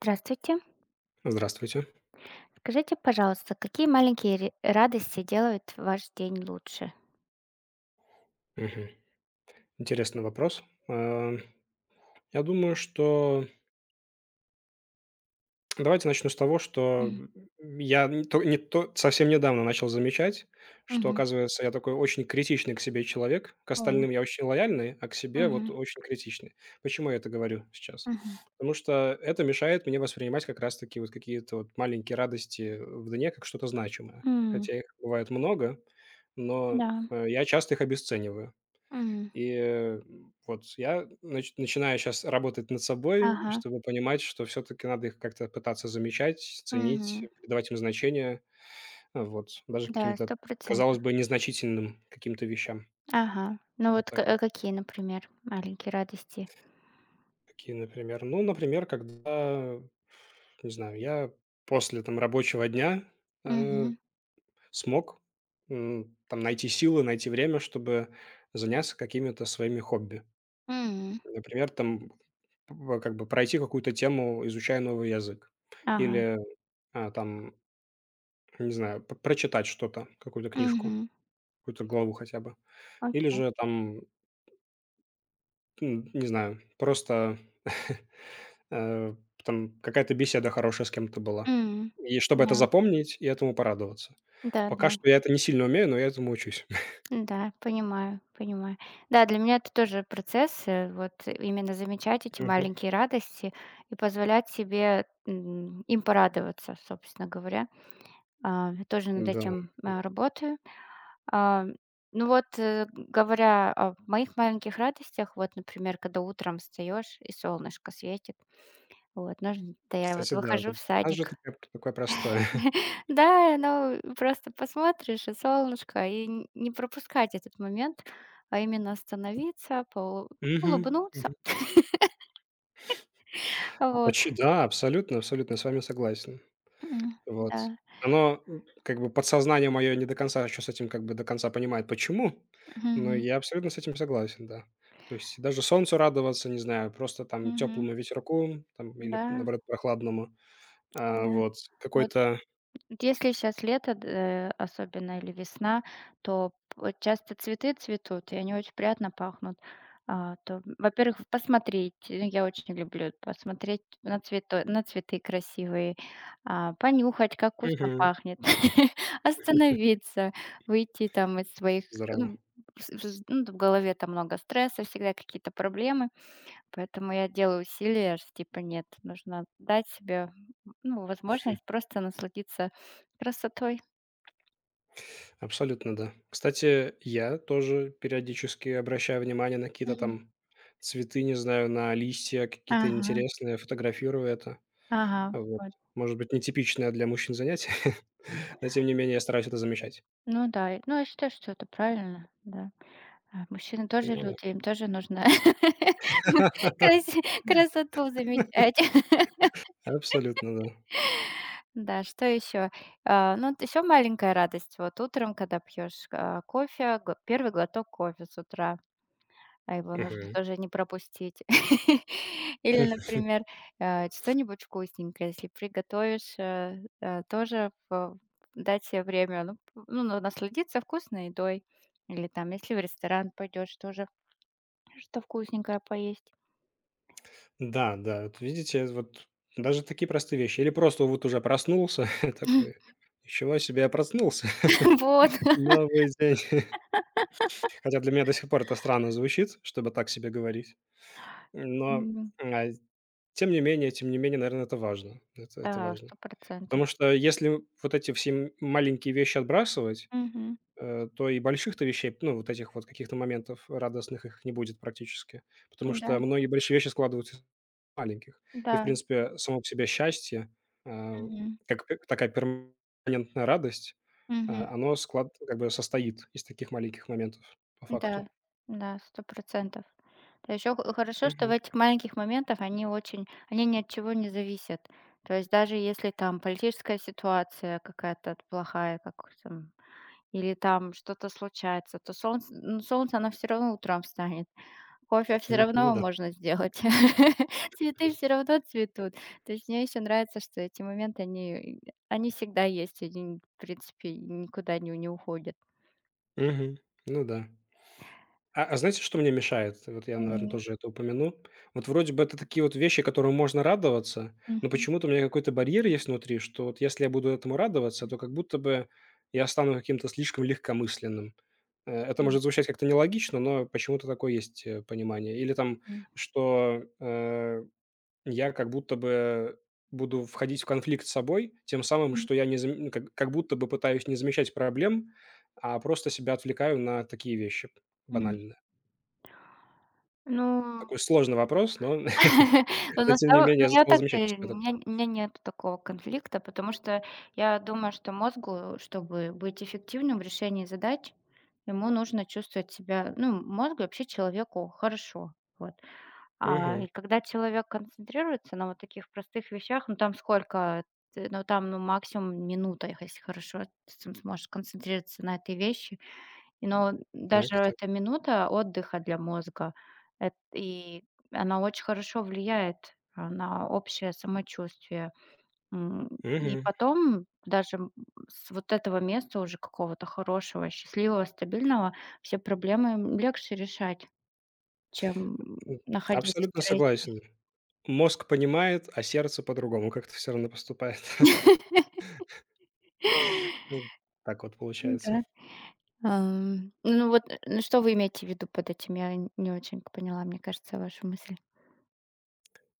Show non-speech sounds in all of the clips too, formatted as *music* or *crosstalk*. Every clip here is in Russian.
Здравствуйте. Здравствуйте. Скажите, пожалуйста, какие маленькие ре- радости делают ваш день лучше? Мгм. Интересный вопрос. Э, я думаю, что давайте начну с того, что М, я не то не то совсем недавно начал замечать, что, мгм. оказывается, я такой очень критичный к себе человек. К О, остальным я очень лояльный, а к себе вот мгм. очень критичный. Почему я это говорю сейчас? Мгм. Потому что это мешает мне воспринимать как раз-таки вот какие-то вот маленькие радости в дне как что-то значимое. М, Хотя их бывает много, но, да. Я часто их обесцениваю. М. И, вот я начинаю сейчас работать над собой, Ага. чтобы понимать, что все таки надо их как-то пытаться замечать, ценить, Мгм. придавать им значение, а, вот, даже Да, каким-то, сто процентов. казалось бы, незначительным каким-то вещам. Ага. Ну Вот вот к- так э, вот. какие, например, маленькие радости? Какие, например? Ну, например, когда, не знаю, я после, там, рабочего дня, э, Мгм. смог, там, найти силы, найти время, чтобы заняться какими-то своими хобби. М. Например, там, П как бы пройти какую-то тему, изучая новый язык. Ага, Или, там, не знаю, п прочитать что-то, какую-то книжку, мгм. какую-то главу хотя бы. Или Окей. же там, не знаю, просто, *laughs* э, там какая-то беседа хорошая с кем-то была. М. И чтобы это запомнить и этому порадоваться. Да, да. Пока что я это не сильно умею, но я этому учусь. *laughs* Да, понимаю, понимаю. Да, для меня это тоже процесс, э, вот именно замечать эти Мгм. маленькие радости и позволять себе им порадоваться, собственно говоря. Я тоже над Да, этим работаю. А, ну вот, говоря о моих маленьких радостях, вот, например, когда утром встаешь и солнышко светит, вот, нужно, да я вот кстати, да, выхожу вот в даже садик. такая такое простое. *laughs* Да, ну, просто посмотришь, и солнышко, и н не пропускать этот момент, а именно остановиться, *laughs* поу Мгм, улыбнуться. мгм. А Вот. почи да, абсолютно абсолютно, я с вами согласен. М, Вот. да. Оно, как бы подсознание мое не до конца еще с этим как бы до конца понимает, почему, но Мгм. я абсолютно с этим согласен, да. То есть даже солнцу радоваться, не знаю, просто там Мгм. теплому ветерку там или, Да, наоборот, прохладному. А, да. вот какой-то. Вот. Если сейчас лето, д- э, особенно или весна, то п- часто цветы цветут, и они очень приятно пахнут. То, во-первых, посмотреть, я очень люблю посмотреть на цветы красивые, понюхать, как вкусно Мгм. пахнет. *laughs* Остановиться, выйти там из своих, Здорово. ну, с- ну, в голове там много стресса, всегда какие-то проблемы. Поэтому я делаю усилия, что типа нет, нужно дать себе, ну, возможность просто насладиться красотой. Абсолютно, да. Кстати, я тоже периодически обращаю внимание на какие-то Мгм. там цветы, не знаю, на листья какие-то Ага, интересные, фотографирую это. ага. Вот. Вот. Может быть, нетипичное для мужчин занятие, *laughs* но тем не менее я стараюсь это замечать. Ну да, и ну, я считаю, что это правильно, да. А мужчины тоже Ну люди, им тоже нужно да. *laughs* *laughs* краси красоту замечать. *laughs* Абсолютно, да. Да, что еще? Ну, вот еще маленькая радость. Вот утром, когда пьешь, кофе, гл первый глоток кофе с утра. А его нужно Мгм. тоже не пропустить. *laughs* Или, *laughs* например, что-нибудь вкусненькое, если приготовишь, тоже в дать себе время, ну, п ну, на насладиться вкусной едой. Или там, если в ресторан пойдешь, тоже что вкусненькое поесть. Да, да, вот видите, вот даже такие простые вещи. Или просто вот уже проснулся *laughs* такой: *laughs* "Ничего себе, я проснулся, Вот. *laughs* новый день". Хотя для меня до сих пор это странно звучит, чтобы так себе говорить. Но, М, а, тем не менее, наверное, это важно. Это да, важно. 100. Потому что если вот эти все маленькие вещи отбрасывать, Мгм. То и больших-то вещей, ну, вот этих вот каких-то моментов радостных их не будет практически, потому что Да, многие большие вещи складываются из маленьких. И, в да. принципе, само по себе счастье, а, Мгм. как пе такая перманентная радость, Мгм. Оно склад как бы состоит из таких маленьких моментов по Да, факту. да, 100. Да. Еще х хорошо, что в Мгм. этих маленьких моментах они очень они ни от чего не зависят. То есть даже если там политическая ситуация какая-то плохая, как там, или там что-то случается, то солнце ну, солнце, оно все равно утром встанет. Кофе все Хм. Ну равно да. можно сделать. *laughs* Цветы все равно цветут. То есть мне еще нравится, что эти моменты, они всегда есть, они, в принципе, никуда не уходят. Мгм. Ну да. А знаете, что мне мешает? Вот я, наверное, Мгм. тоже это упомяну. Вот вроде бы это такие вот вещи, которым можно радоваться, но Мгм. почему-то у меня какой-то барьер есть внутри, что вот если я буду этому радоваться, то как будто бы я стану каким-то слишком легкомысленным. Это М. может звучать как-то нелогично, но почему-то такое есть понимание. Или там, что я как будто бы буду входить в конфликт с собой, тем самым, Мгм. что я не зам- ну, как будто бы пытаюсь не замечать проблем, а просто себя отвлекаю на такие вещи банальные. Ну. Такой сложный вопрос, но *laughs* *laughs* Ну, но на тем не самом ну, менее я зал так, э, у замечательный такой. меня нету такого конфликта, потому что я думаю, что мозгу, чтобы быть эффективным в решении задач, ему нужно чувствовать себя, ну, мозгу, и вообще человеку хорошо. Вот. Мгм. И когда человек концентрируется на вот таких простых вещах, ну, там сколько, ты ну, там, ну, максимум минута, если хорошо, ты см сможешь концентрироваться на этой вещи. Но даже Так, эта так. минута отдыха для мозга, эт и она очень хорошо влияет, на общее самочувствие. М, и Мгм. потом даже, с вот этого места уже какого-то хорошего, счастливого, стабильного все проблемы, легче решать, чем, М. находясь в Абсолютно стрессе. согласен. Мозг понимает, а сердце по-другому как-то все равно поступает. *laughs* Ну, так вот получается. Да. Ам, ну вот, ну что вы имеете в виду под этим? Я н не очень поняла, мне кажется, вашу мысль.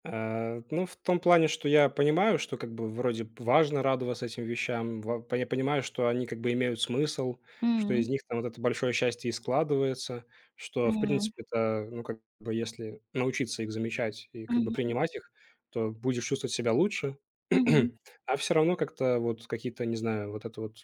Ну, в том плане, что я понимаю, что как бы вроде б важно радоваться этим вещам, ва по я понимаю, что они как бы имеют смысл, что М, из них там вот это большое счастье и складывается, что, в м, принципе, это, ну, как бы если научиться их замечать и как бы мгм, принимать их, то будешь чувствовать себя лучше. мгм. *clears throat* А все равно как-то вот какие-то, не знаю, вот это вот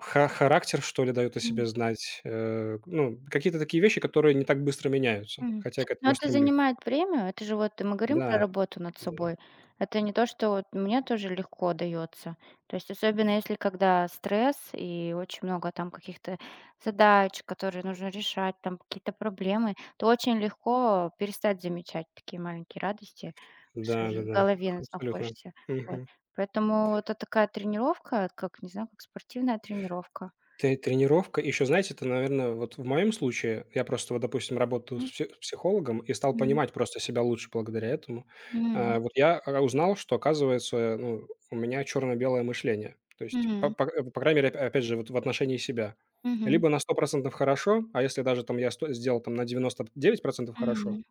ха характер, что ли, даёт о себе знать, ну, какие-то такие вещи, которые не так быстро меняются, Мгм. хотя я к Но этому это стремлюсь. занимает время. Это же вот мы говорим Да, про работу над да. собой. Это не то, что вот мне тоже легко дается. То есть особенно если когда стресс и очень много там каких-то задач, которые нужно решать, там какие-то проблемы, то очень легко перестать замечать такие маленькие радости, потому что же в Да-да-да, голове нас абсолютно. находишься. Вот. Мгм. Поэтому вот это такая тренировка, как, не знаю, как спортивная тренировка. Т тренировка. Еще, знаете, это, наверное, вот в моем случае, я просто вот, допустим, работаю с М, пси с психологом и стал м, понимать просто себя лучше благодаря этому. м, А, вот я, узнал, что, оказывается, ну, у меня черно-белое мышление. То есть, м, по крайней мере, оп опять же, вот в отношении себя. мгм, Либо на 100% хорошо, а если даже там я сто сделал там на 99% хорошо, м,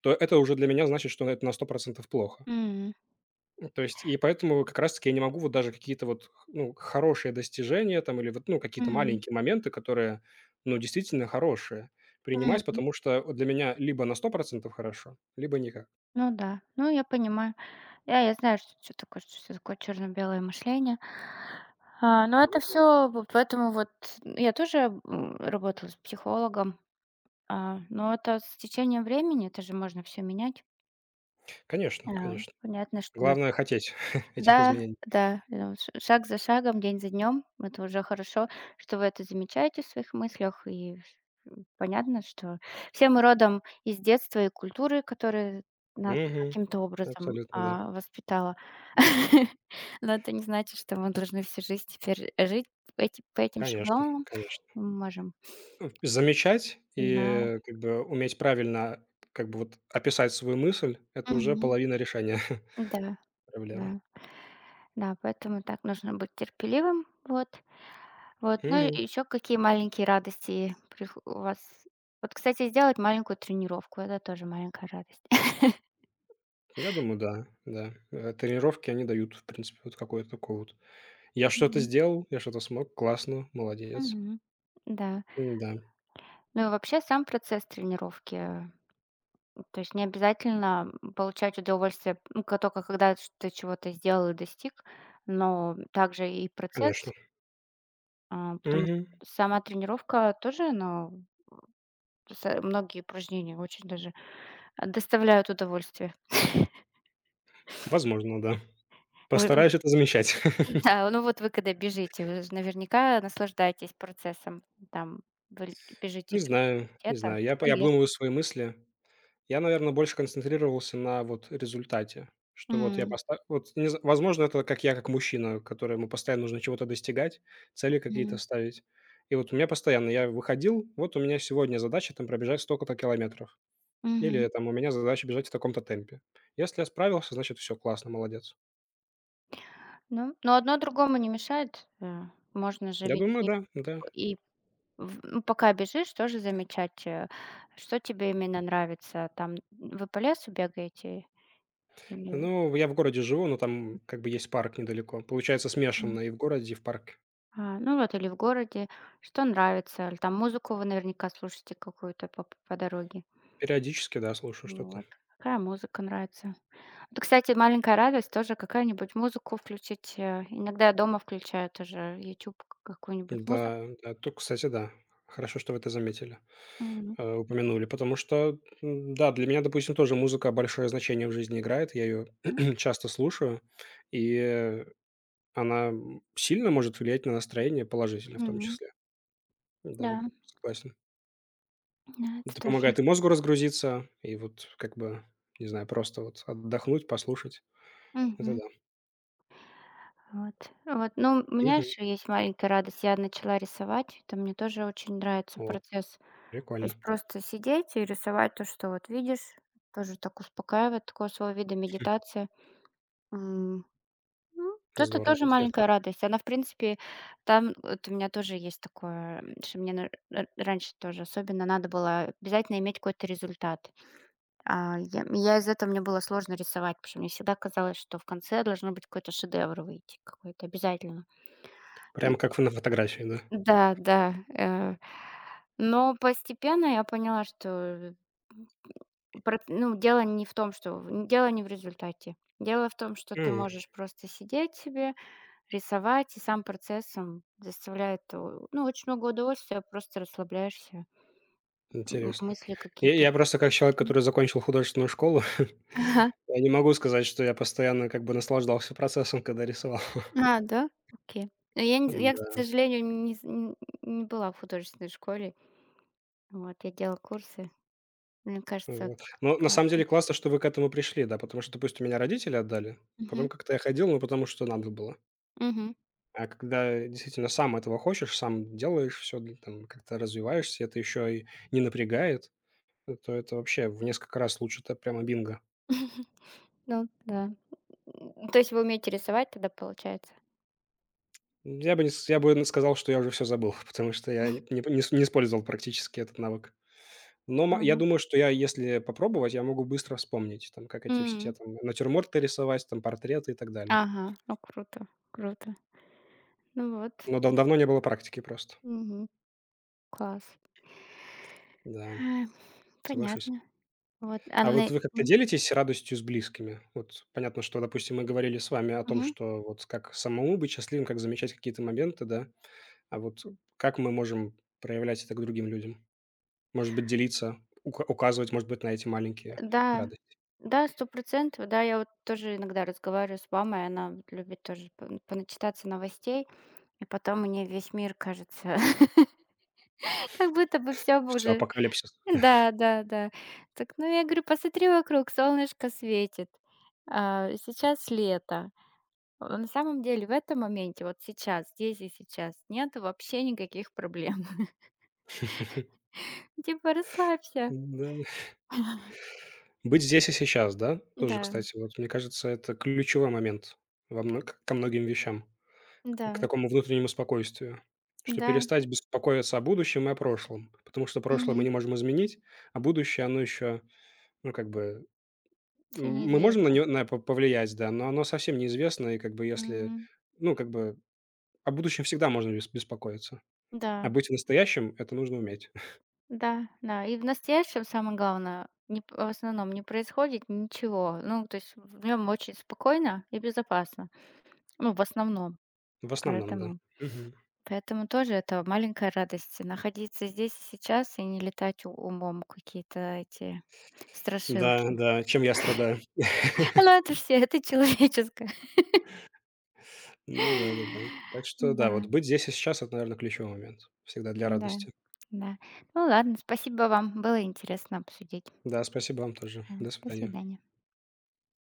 то это уже для меня значит, что это на 100% плохо. м. Ну, то есть и поэтому как раз таки я не могу вот даже какие-то вот, ну, хорошие достижения там или вот, ну, какие-то М, маленькие моменты, которые, ну, действительно хорошие, принимать, м. потому что вот для меня либо на 100% хорошо, либо никак. Ну да, ну я понимаю. Я знаю, что такое, что всё такое черно-белое мышление. Но это Мгм. все, поэтому вот я тоже, работала с психологом, но это с течением времени, это же можно все менять. Конечно, А, конечно. Понятно, что Главное хотеть *laughs* этих да, изменений. да, ну, ш шаг за шагом, день за днем. Это уже хорошо, что вы это замечаете в своих мыслях. И понятно, что все мы родом из детства и культуры, которая нас Мгм. каким-то образом, Абсолютно, да. Воспитала. *laughs* Но это не значит, что мы должны всю жизнь теперь жить эти по этим Конечно, шаблонам. конечно. Мы можем. Замечать Да. и как бы уметь правильно как бы вот описать свою мысль- это уже Мгм. половина решения *laughs* Да, проблемы. да. Да, поэтому так нужно быть терпеливым. Вот. Вот, ну Мгм. и еще какие маленькие радости прих у вас. Вот, кстати, сделать маленькую тренировку — это тоже маленькая радость. Я думаю, да, да. Тренировки, они дают, в принципе, вот какое-то такое вот: "Я что-то Мгм. сделал, я что-то смог, классно, молодец". Мгм. Да. Да, Ну и вообще сам процесс тренировки, то есть не обязательно, получать удовольствие, ну, ка тока когда ш ты чего-то сделал и достиг, но также и конечно. процесс, потому что Мгм. сама тренировка тоже, но многие упражнения очень даже, доставляют удовольствие. *laughs* Возможно, да. Вы Постараюсь это замечать. *laughs* да, ну вот вы когда бежите, вы же наверняка наслаждаетесь процессом. Там вы бежите Не же знаю, не где-то знаю. Я по п я лесу. обдумываю свои мысли. Я, наверное, больше концентрировался на вот результате, что вот я М, поставил. Вот не з возможно, это как я, как мужчина, которому постоянно нужно чего-то достигать, цели какие-то м, ставить. И вот у меня постоянно я выходил: "Вот у меня сегодня задача там пробежать столько-то километров". мгм. Или там: "У меня задача бежать в таком-то темпе". Если я справился, значит, все классно, молодец. Ну но одно другому не мешает. Можно же Я ведь думаю, и да, да. и в ну, пока бежишь, тоже замечать, что тебе именно нравится. Там вы по лесу бегаете или, Ну, я в городе живу, но там как бы есть парк недалеко. Получается м, смешанно и в городе, и в парке. Ну вот, или в городе, что нравится? Или там музыку вы наверняка слушаете какую-то по дороге. Периодически, да, слушаю что-то. Вот. Какая музыка нравится? Это, кстати, маленькая радость тоже какая-нибудь музыку включить. Иногда я дома включаю тоже YouTube к какую-нибудь Да, музыку. да, то, кстати, да. Хорошо, что вы это заметили, Мгм. Упомянули, потому что, да, для меня, допустим, тоже музыка большое значение в жизни играет. Я ее М. *clears throat* часто слушаю, и она, сильно может влиять на настроение, положительно в том Мгм. числе. Да, Да, согласен. да, это Это тоже. помогает и мозгу разгрузиться, и вот как бы, не знаю, просто вот отдохнуть, послушать. Это Мгм. да. Вот, вот. Ну, у меня Мгм. еще есть маленькая радость. Я начала рисовать. Это мне тоже очень нравится О, процесс. То прикольно. есть просто сидеть и рисовать то, что вот видишь. Тоже так успокаивает, такого своего вида медитация. М. Ну, это Здорово, тоже интересно. маленькая радость. Она, в принципе, там вот у меня тоже есть такое, что мне на- р- раньше тоже особенно надо было обязательно иметь какой-то результат. Я из этого мне было сложно рисовать, потому что мне всегда казалось, что в конце должно быть какой-то шедевр выйти, какой-то обязательно. Прям И- как в на фотографии, да? да, да. Но постепенно я поняла, что Проц ну, дело не в том, что в дело не в результате. Дело в том, что ты М, можешь просто сидеть себе, рисовать, и сам процесс, он заставляет, ну, очень много удовольствия, просто расслабляешься, м интересно. мысли какие-то. Я просто как человек, М. который закончил художественную школу, Ага. *laughs* я не могу сказать, что я постоянно как бы наслаждался процессом, когда рисовал. А, да? Окей. Но я не з *laughs* я, к Да, сожалению, не з н не была в художественной школе. Вот, я делала курсы. Мне кажется, вот. Но на самом классно. деле классно, что вы к этому пришли, да, потому что, допустим, меня родители отдали. Мгм. Потом как-то я ходил, ну, потому что надо было. Мгм. А когда действительно сам этого хочешь, сам делаешь все, там как-то развиваешься, это еще и не напрягает, то это вообще в несколько раз лучше. Это прямо бинго. Ну да. То есть вы умеете рисовать тогда, получается? Я бы не с я бы н сказал, что я уже все забыл, *laughs* потому что я не использовал практически этот навык. Но ма я Ага. думаю, что я, если попробовать, я могу быстро вспомнить, там, как эти все М. там натюрморты рисовать, там, портреты и так далее. Ага, ну круто, круто. Ну вот, Но давно не было практики просто. мгм, класс. Да, Э, соглашусь. понятно. Вот, а А вот на вы как-то мгм, делитесь радостью с близкими? Вот понятно, что, допустим, мы говорили с вами о том, мгм. что вот как самому быть счастливым, как замечать какие-то моменты, да? А вот как мы можем проявлять это к другим людям? Может быть, делиться, указывать, может быть, на эти маленькие радости? Да, сто процентов. Да, я вот тоже иногда разговариваю с мамой, она вот любит тоже пон поначитаться новостей, и потом мне весь мир кажется *laughs* как будто бы все бы Все, уже апокалипсис. да, да, да. Так, ну я говорю: "Посмотри вокруг, солнышко светит, сейчас лето". На самом деле в этом моменте, вот сейчас, здесь и сейчас, нет вообще никаких проблем. *laughs* Типа расслабься. Да. Быть здесь и сейчас, да? Тоже, Да, кстати, вот мне кажется, это ключевой момент во ко многим вещам. К да, такому внутреннему спокойствию, что да. перестать беспокоиться о будущем и о прошлом, потому что прошлое мы Мгм. не можем изменить, а будущее, оно еще, ну, как бы, Всё мы можем на неизвестно. него на повлиять, да, но оно совсем неизвестно, и как бы если, Мгм. ну, как бы о будущем всегда можно беспокоиться, а Да, быть настоящим это нужно уметь. *laughs* да. Да, и в настоящем, самое главное, не п в основном не происходит ничего. Ну, то есть в нем очень спокойно и безопасно. Ну, в основном. В основном, да. Поэтому Мгм. Тоже это маленькая радость — находиться здесь и сейчас и не летать у умом в какие-то эти Да, страшилки. да, чем я страдаю. *laughs* Ну, это все, это человеческое. Ну да, да-да. Так что да, Да, вот быть здесь и сейчас- это, наверное, ключевой момент всегда для да, радости. да. Ну ладно, спасибо вам, было интересно обсудить. Да, спасибо вам тоже. А, До До свидания. свидания.